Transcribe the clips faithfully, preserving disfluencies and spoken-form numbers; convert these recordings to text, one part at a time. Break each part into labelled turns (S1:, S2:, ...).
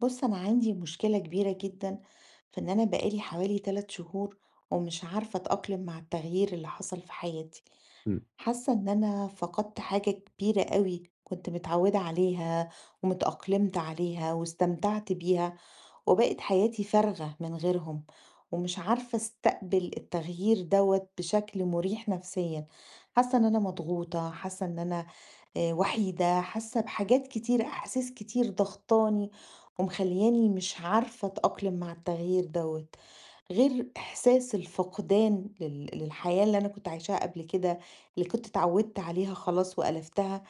S1: بص انا عندي مشكلة كبيرة جدا في ان انا بقالي حوالي ثلاث شهور ومش عارفة اتأقلم مع التغيير اللي حصل في حياتي.
S2: إمم،
S1: حاسة ان انا فقدت حاجة كبيرة قوي كنت متعودة عليها ومتأقلمت عليها واستمتعت بيها، وبقت حياتي فارغة من غيرهم، ومش عارفة استقبل التغيير دوت بشكل مريح نفسيا. حاسة ان انا مضغوطة، حاسة ان انا آآ وحيدة، حاسة بحاجات كتير، أحاسيس كتير ضاغطاني ومخلّياني مش عارفة أتأقلم مع التغيير دوّة، غير إحساس الفقدان لل للحياة اللي أنا كنت عايشاها قبل كده، اللي كنت اتعودت عليها خلاص وألفتها.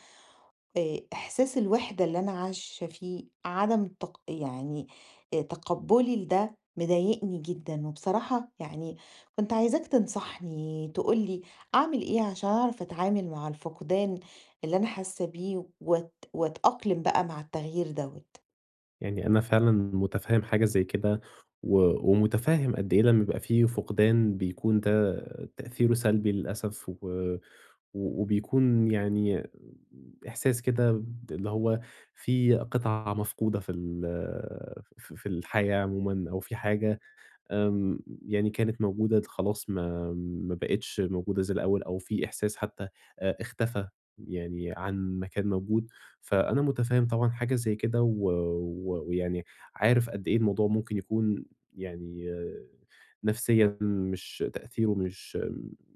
S1: آآ إحساس الوحدة اللي أنا عايشة فيه، عدم تق يعني آآ تقبُّلي لده مضايقني جدًا، وبصراحة يعني كنت عايزاك تنصحني، تقول لي أعمل إيه عشان أعرف أتعامل مع الفقدان اللي أنا حاسة بيه وأت وأتأقلم بقى مع التغيير دوّة.
S2: يعني أنا فعلًا مُتفهِّم حاجة زي كده، و ومُتفهِّم قد إيه لمّا يبقى في فقدان بيكون ده تأثيره سلبي للأسف، و و وبيكون يعني إحساس كده ب اللي هو في قطعة مفقودة في ال ف في الحياة عمومًا أو في حاجة. آمم، يعني كانت موجودة د خلاص ما ما بقِتش موجودة زي الأول، أو في إحساس حتى آآ اختفى، يعني عن ما كان موجود. فأنا مُتفهِّم طبعًا حاجة زي كده، و و ويعني عارف قد إيه الموضوع ممكن يكون، يعني آه، نفسيًا مش تأثيره مش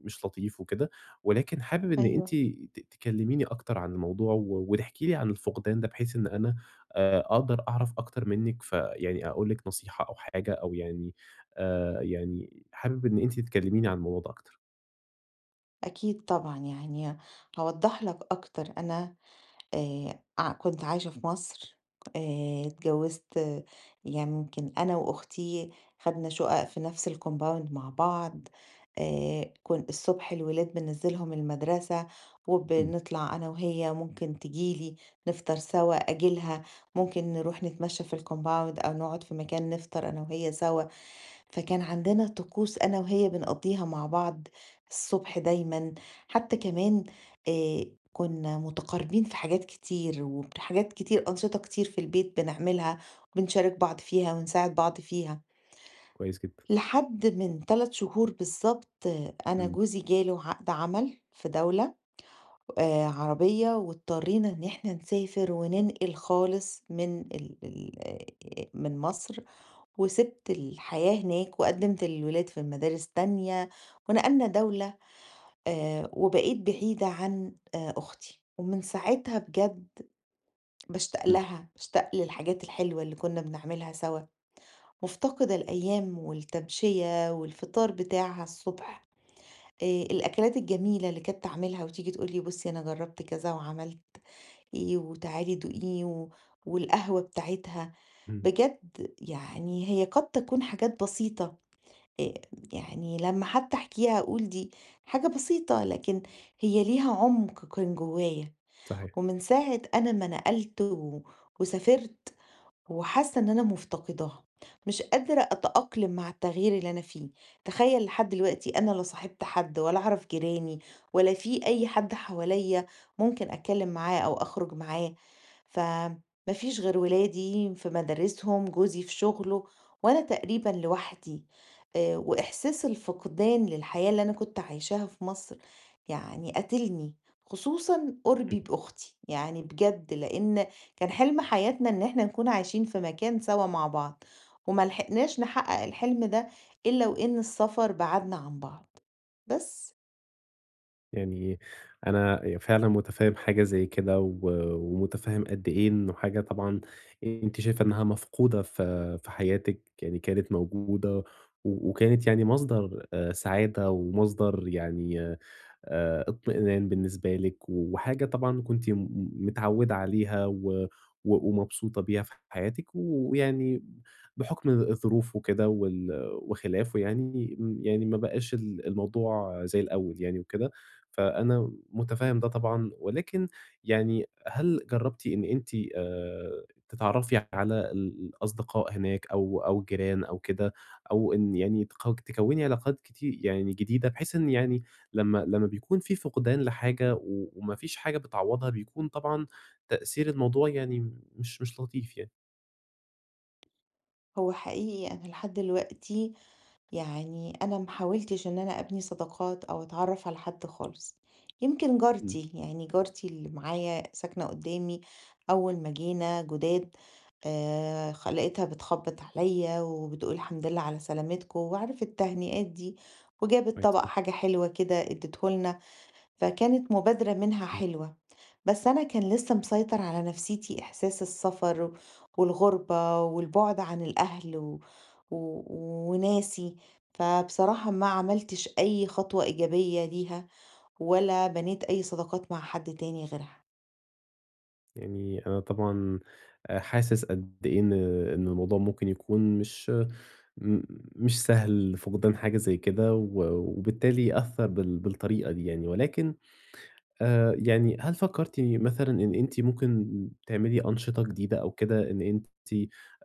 S2: مش لطيف وكده، ولكن حابب إن أنتِ
S1: أيوه،
S2: ت تكلّميني أكتر عن الموضوع و وتحكي لي عن الفقدان ده، بحيث إن أنا آآ أقدر أعرف أكتر منِّك، فيعني أقول لِك نصيحة أو حاجة، أو يعني آآ يعني حابب إن أنتِ تكلميني عن الموضوع ده أكتر.
S1: أكيد طبعًا يعني هاوضّح لك أكتر. أنا آآ ع كنت عايشة في مصر، آآ اتجوّزت، آه، يعني يمكن أنا وأختي خدنا شُقق في نفس الcompound مع بعض. آآ كن الصبح الولاد بانزّلهم المدرسة،
S2: إمم،
S1: وبنطلع أنا وهي، ممكن تيجي لي نفطر سوا، آجي لها، ممكن نروح نتمشى في الcompound أو نقعد في مكان نفطر أنا وهي سوا. فكان عندنا طقوس أنا وهي بنقضيها مع بعض الصبح دايما. حتى كمان آه، كنا متقاربين في حاجات كتير، وحاجات كتير أنشطة كتير في البيت بنعملها وبنشارك بعض فيها ونساعد بعض فيها.
S2: كويس جدًا.
S1: لحد من ثلاث شهور بالظبط آه، أنا
S2: إمم،
S1: جوزي جاله عقد عمل في دولة آه، عربية، واضطرينا إن احنا نسافر وننقل خالص من ال ال- آه، من مصر، وسِبت الحياة هناك، وقدِّمت للولاد في مدارس تانية، ونقلنا دولة، آآ، وبقيت بعيدة عن آآ، أختي. ومن ساعتها بجد باشتاق
S2: إمم،
S1: لها، باشتاق للحاجات الحلوة اللي كنا بنعملها سوا، مفتقدة الأيام والتمشية والفطار بتاعها الصبح، آآ، الأكلات الجميلة اللي كانت تعملها وتيجي تقول لي بُصّي أنا جرّبت كذا وعملت إيه وتعالي دوقيه، و والقهوة بتاعتها.
S2: إمم،
S1: بجد يعني هي قد تكون حاجات بسيطة، آآ يعني لمّا حتى أحكيها أقول دي حاجة بسيطة، لكن هي ليها عُمق كان جوايا.
S2: صحيح.
S1: ومن ساعة أنا ما نقلت و وسافرت وحاسة إن أنا مفتقداها، مش قادرة أتأقلم مع التغيير اللي أنا فيه. تخيل لحد دلوقتي أنا لا صاحبت حد ولا أعرف جيراني، ولا في أي حد حواليا ممكن أتكلم معاه أو أخرج معاه، فمفيش غير ولادي في مدارسهم، جوزي في شغله، وأنا تقريبا لوحدي. آه، وإحساس الفقدان للحياة اللي أنا كنت عايشاها في مصر يعني قاتلني، خصوصا قربي بأختي يعني بجد، لأن كان حلم حياتنا إن إحنا نكون عايشين في مكان سوا مع بعض، وما لحقناش نحقق الحلم ده إلا وإن السفر بعدنا عن بعض بس.
S2: يعني أنا فعلًا مُتفهِّم حاجة زي كده، و ومُتفهِّم قد إيه إنه حاجة طبعًا أنتِ شايفة إنها مفقودة في في حياتِك، يعني كانت موجودة و وكانت يعني مصدر آآ سعادة، ومصدر يعني آآ اطمئنان بالنسبة لِك، وحاجة طبعًا كنتِ م متعوِّدة عليها و و ومبسوطة بيها في حياتِك، و- ويعني بحُكم الظروف وكده وال وخلافه، يعني م يعني ما بقاش ال الموضوع زي الأول يعني وكده. فأنا متفهم ده طبعًا، ولكن يعني هل جربتِ إن أنتِ آآ، تتعرفي على ال الأصدقاء هناك، أو أو الجيران أو كده، أو إن يعني تكو تكوّني علاقات كتي يعني جديدة، بحيث إن يعني لمّا لمّا بيكون في فقدان لحاجة و وما فيش حاجة بتعوّضها، بيكون طبعًا تأثير الموضوع يعني مش مش لطيف يعني.
S1: هو حقيقي أنا لحد دلوقتي يعني أنا ما حاولتش إن أنا أبني صداقات أو أتعرف على حد خالص. يمكن
S2: إمم،
S1: جارتي يعني جارتي اللي معايا ساكنة قدامي، أول ما جينا جداد آه، خ- لقيتها بتخبط عليا وبتقول الحمد لله على سلامتكم، وعرفت التهنئات دي، وجابت
S2: كويس
S1: طبق
S2: جدًا،
S1: حاجة حلوة كده اديتهولنا، فكانت مبادرة منها
S2: إمم،
S1: حلوة. بس أنا كان لسه مسيطر على نفسيتي إحساس السفر و- والغربة والبعد عن الأهل و... و... وناسي. فبصراحة ما عملتش أي خطوة إيجابية ليها، ولا بنيت أي صداقات مع حد تاني غيرها.
S2: يعني أنا طبعًا آآ، حاسس قد إيه إن إن الموضوع ممكن يكون مش م مش سهل فقدان حاجة زي كده، و وبالتالي أثّر بال بالطريقة دي يعني، ولكن آآ يعني هل فكّرتِ مثلًا إن أنتِ ممكن تعملي أنشطة جديدة أو كده، إن أنتِ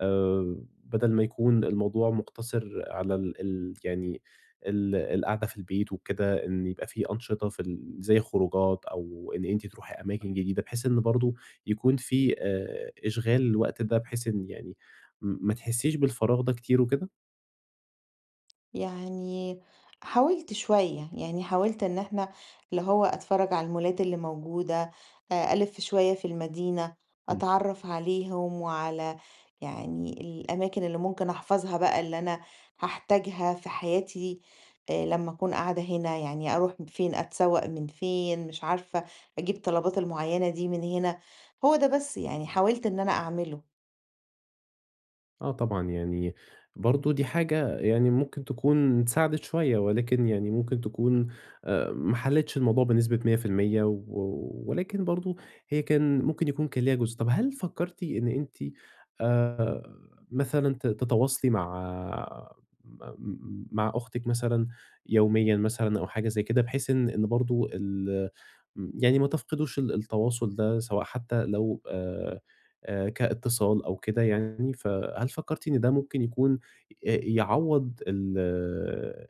S2: آآ بدل ما يكون الموضوع مقتصر على ال ال يعني ال القعدة في البيت وكده، إن يبقى في أنشطة في ال زي خروجات، أو إن أنتِ تروحي أماكن جديدة، بحيث إن برضه يكون في آآ إشغال الوقت ده، بحيث إن يعني م ما تحسّيش بالفراغ ده كتير وكده؟
S1: يعني حاولت شوية يعني حاولت ان احنا اللي هو اتفرج على المولات اللي موجودة، آه، الف شوية في المدينة، اتعرف عليهم وعلى يعني الاماكن اللي ممكن احفظها بقى، اللي انا هحتاجها في حياتي. آه، لما اكون قاعدة هنا يعني اروح فين، اتسوق من فين، مش عارفة اجيب طلبات المعينة دي من هنا. هو ده بس يعني حاولت ان انا اعمله.
S2: آه طبعًا، يعني برضه دي حاجة يعني ممكن تكون ساعدِت شوية، ولكن يعني ممكن تكون آآ ما حلِّتش الموضوع بنسبة مية في المية، و ولكن برضه هي كان ممكن يكون كان ليها جزء. طَب هل فكّرتِ إن أنتِ آآ مثلًا ت تتواصلي مع م مع أختِك مثلًا يوميًا مثلًا أو حاجة زي كده، بحيث إن إن برضه ال يعني ما تفقدوش ال التواصل ده، سواء حتى لو آآ آآ كاتصال أو كده يعني ف هل فكرتِ إن ده ممكن يكون آآ يعوّض ال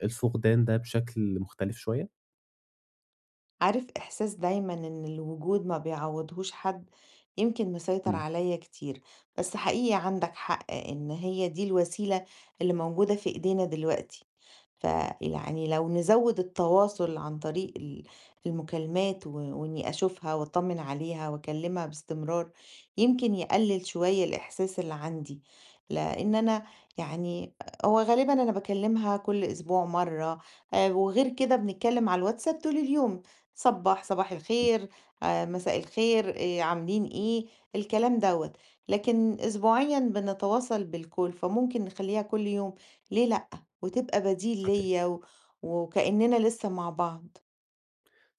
S2: الفقدان ده بشكل مختلف شوية؟
S1: عارف إحساس دايمًا إن الوجود ما بيعوّضهوش حد، يمكن مسيطر
S2: إمم،
S1: عليّا كتير، بس حقيقي عندك حق إن هي دي الوسيلة اللي موجودة في إيدينا دلوقتي. فيعني لو نزوّد التواصل عن طريق ال المكالمات، و وإني أشوفها وأطمن عليها وأكلمها باستمرار، يمكن يقلل شوية الإحساس اللي عندي. لإن أنا يعني هو غالبًا أنا باكلمها كل أسبوع مرّة، آآ وغير كده بنتكلم على الواتساب طول اليوم، صبّاح، صباح
S2: إمم،
S1: الخير، آآ مساء الخير، آآ عاملين إيه، الكلام دوّة. لكن أسبوعيًا بنتواصل بالcall، فممكن نخلّيها كل يوم، ليه لأ؟ وتبقى بديل
S2: صحيح.
S1: ليّا، و وكإننا لسه مع بعض.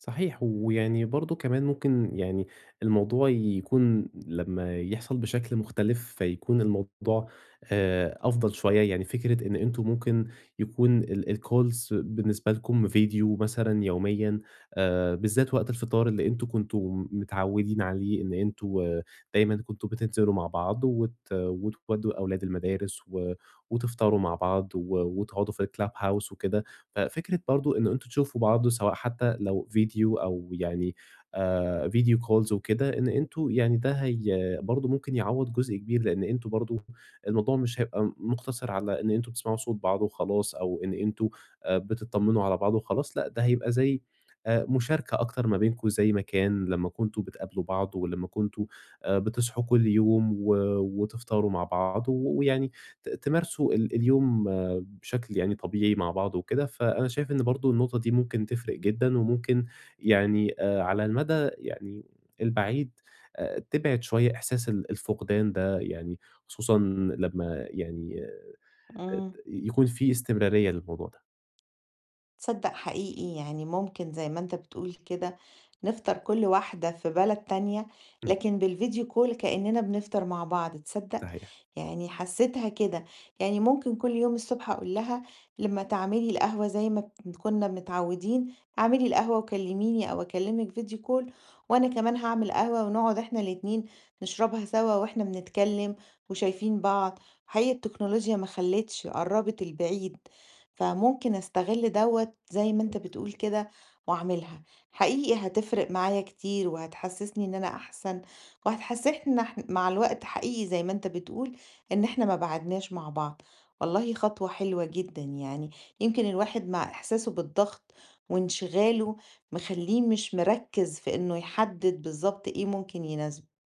S2: صحيح، ويعني برضه كمان ممكن يعني الموضوع يكون لمّا يحصل بشكل مختلف، فيكون الموضوع آآ أفضل شوية، يعني فكرة إن أنتم ممكن يكون ال الcalls بالنسبة لكم فيديو مثلًا يوميًا، آآ بالذات وقت الفطار اللي أنتم كنتم متعودين عليه، إن أنتم دايمًا كنتم بتنزلوا مع بعض وت وتودّوا أولاد المدارس و وتفطروا مع بعض و وتقعدوا في الclub house وكده. ففكرة برضه إن أنتم تشوفوا بعض سواء حتى لو فيديو، أو يعني آآ فيديو calls وكده، إن أنتم يعني ده هي برضه ممكن يعوّض جزء كبير، لإن أنتم برضه الموضوع مش هيبقى مُقتصر على إن أنتم بتسمعوا صوت بعض وخلاص، أو إن أنتم آآ بتطمنوا على بعض وخلاص، لأ ده هيبقى زي آآ مشاركة أكتر ما بينكم، زي ما كان لمّا كنتم بتقابلوا بعض، ولمّا كنتم آآ بتصحوا كل يوم و وتفطروا مع بعض، و ويعني ت تمارسوا ال اليوم بشكل يعني طبيعي مع بعض وكده، فأنا شايف إن برضه النقطة دي ممكن تفرق جدًا، وممكن يعني آآ على المدى يعني البعيد آآ تبعد شوية إحساس ال الفقدان ده يعني، خصوصًا لمّا يعني آه، ت
S1: إمم.
S2: يكون في استمرارية للموضوع ده.
S1: تصدق حقيقي يعني ممكن زي ما انت بتقول كده نفطر كل واحدة في بلد تانية،
S2: إمم،
S1: لكن بالفيديو كول كأننا بنفطر مع بعض، تصدق؟
S2: صحيح.
S1: يعني حسيتها كده. يعني ممكن كل يوم الصبح أقول لها لما تعملي القهوة زي ما بت- كنا متعودين، اعملي القهوة وكلميني أو أكلمك فيديو كول، وأنا كمان هعمل قهوة ونقعد احنا الاتنين نشربها سوا واحنا بنتكلم وشايفين بعض. حقيقة التكنولوجيا ما خلتش قربت البعيد، فممكن أستغل دوّة زي ما أنت بتقول كده وأعملها. حقيقي هتفرق معايا كتير، وهتحسسني إن أنا أحسن، وهتحسسنا إحن مع الوقت حقيقي زي ما أنت بتقول إن إحنا ما بعدناش مع بعض. والله خطوة حلوة جدًا يعني. يمكن الواحد مع إحساسه بالضغط وانشغاله مخلّيه مش مركّز في إنه يحدد بالضبط إيه ممكن يناسبه.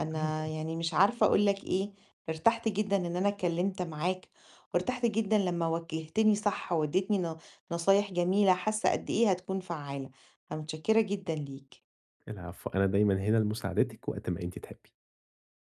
S1: أنا
S2: صحيح.
S1: يعني مش عارفة أقول لك إيه، ارتحت جدًا إن أنا اتكلمت معاك، وارتحت جدًا لمّا وجهتني صح واديتني ن نصايح جميلة، حاسة قد إيه هتكون فعالة، فمتشكرة جدًا ليك.
S2: العفو، أنا دايمًا هنا لمساعدتِك وقت ما أنتِ تحبي.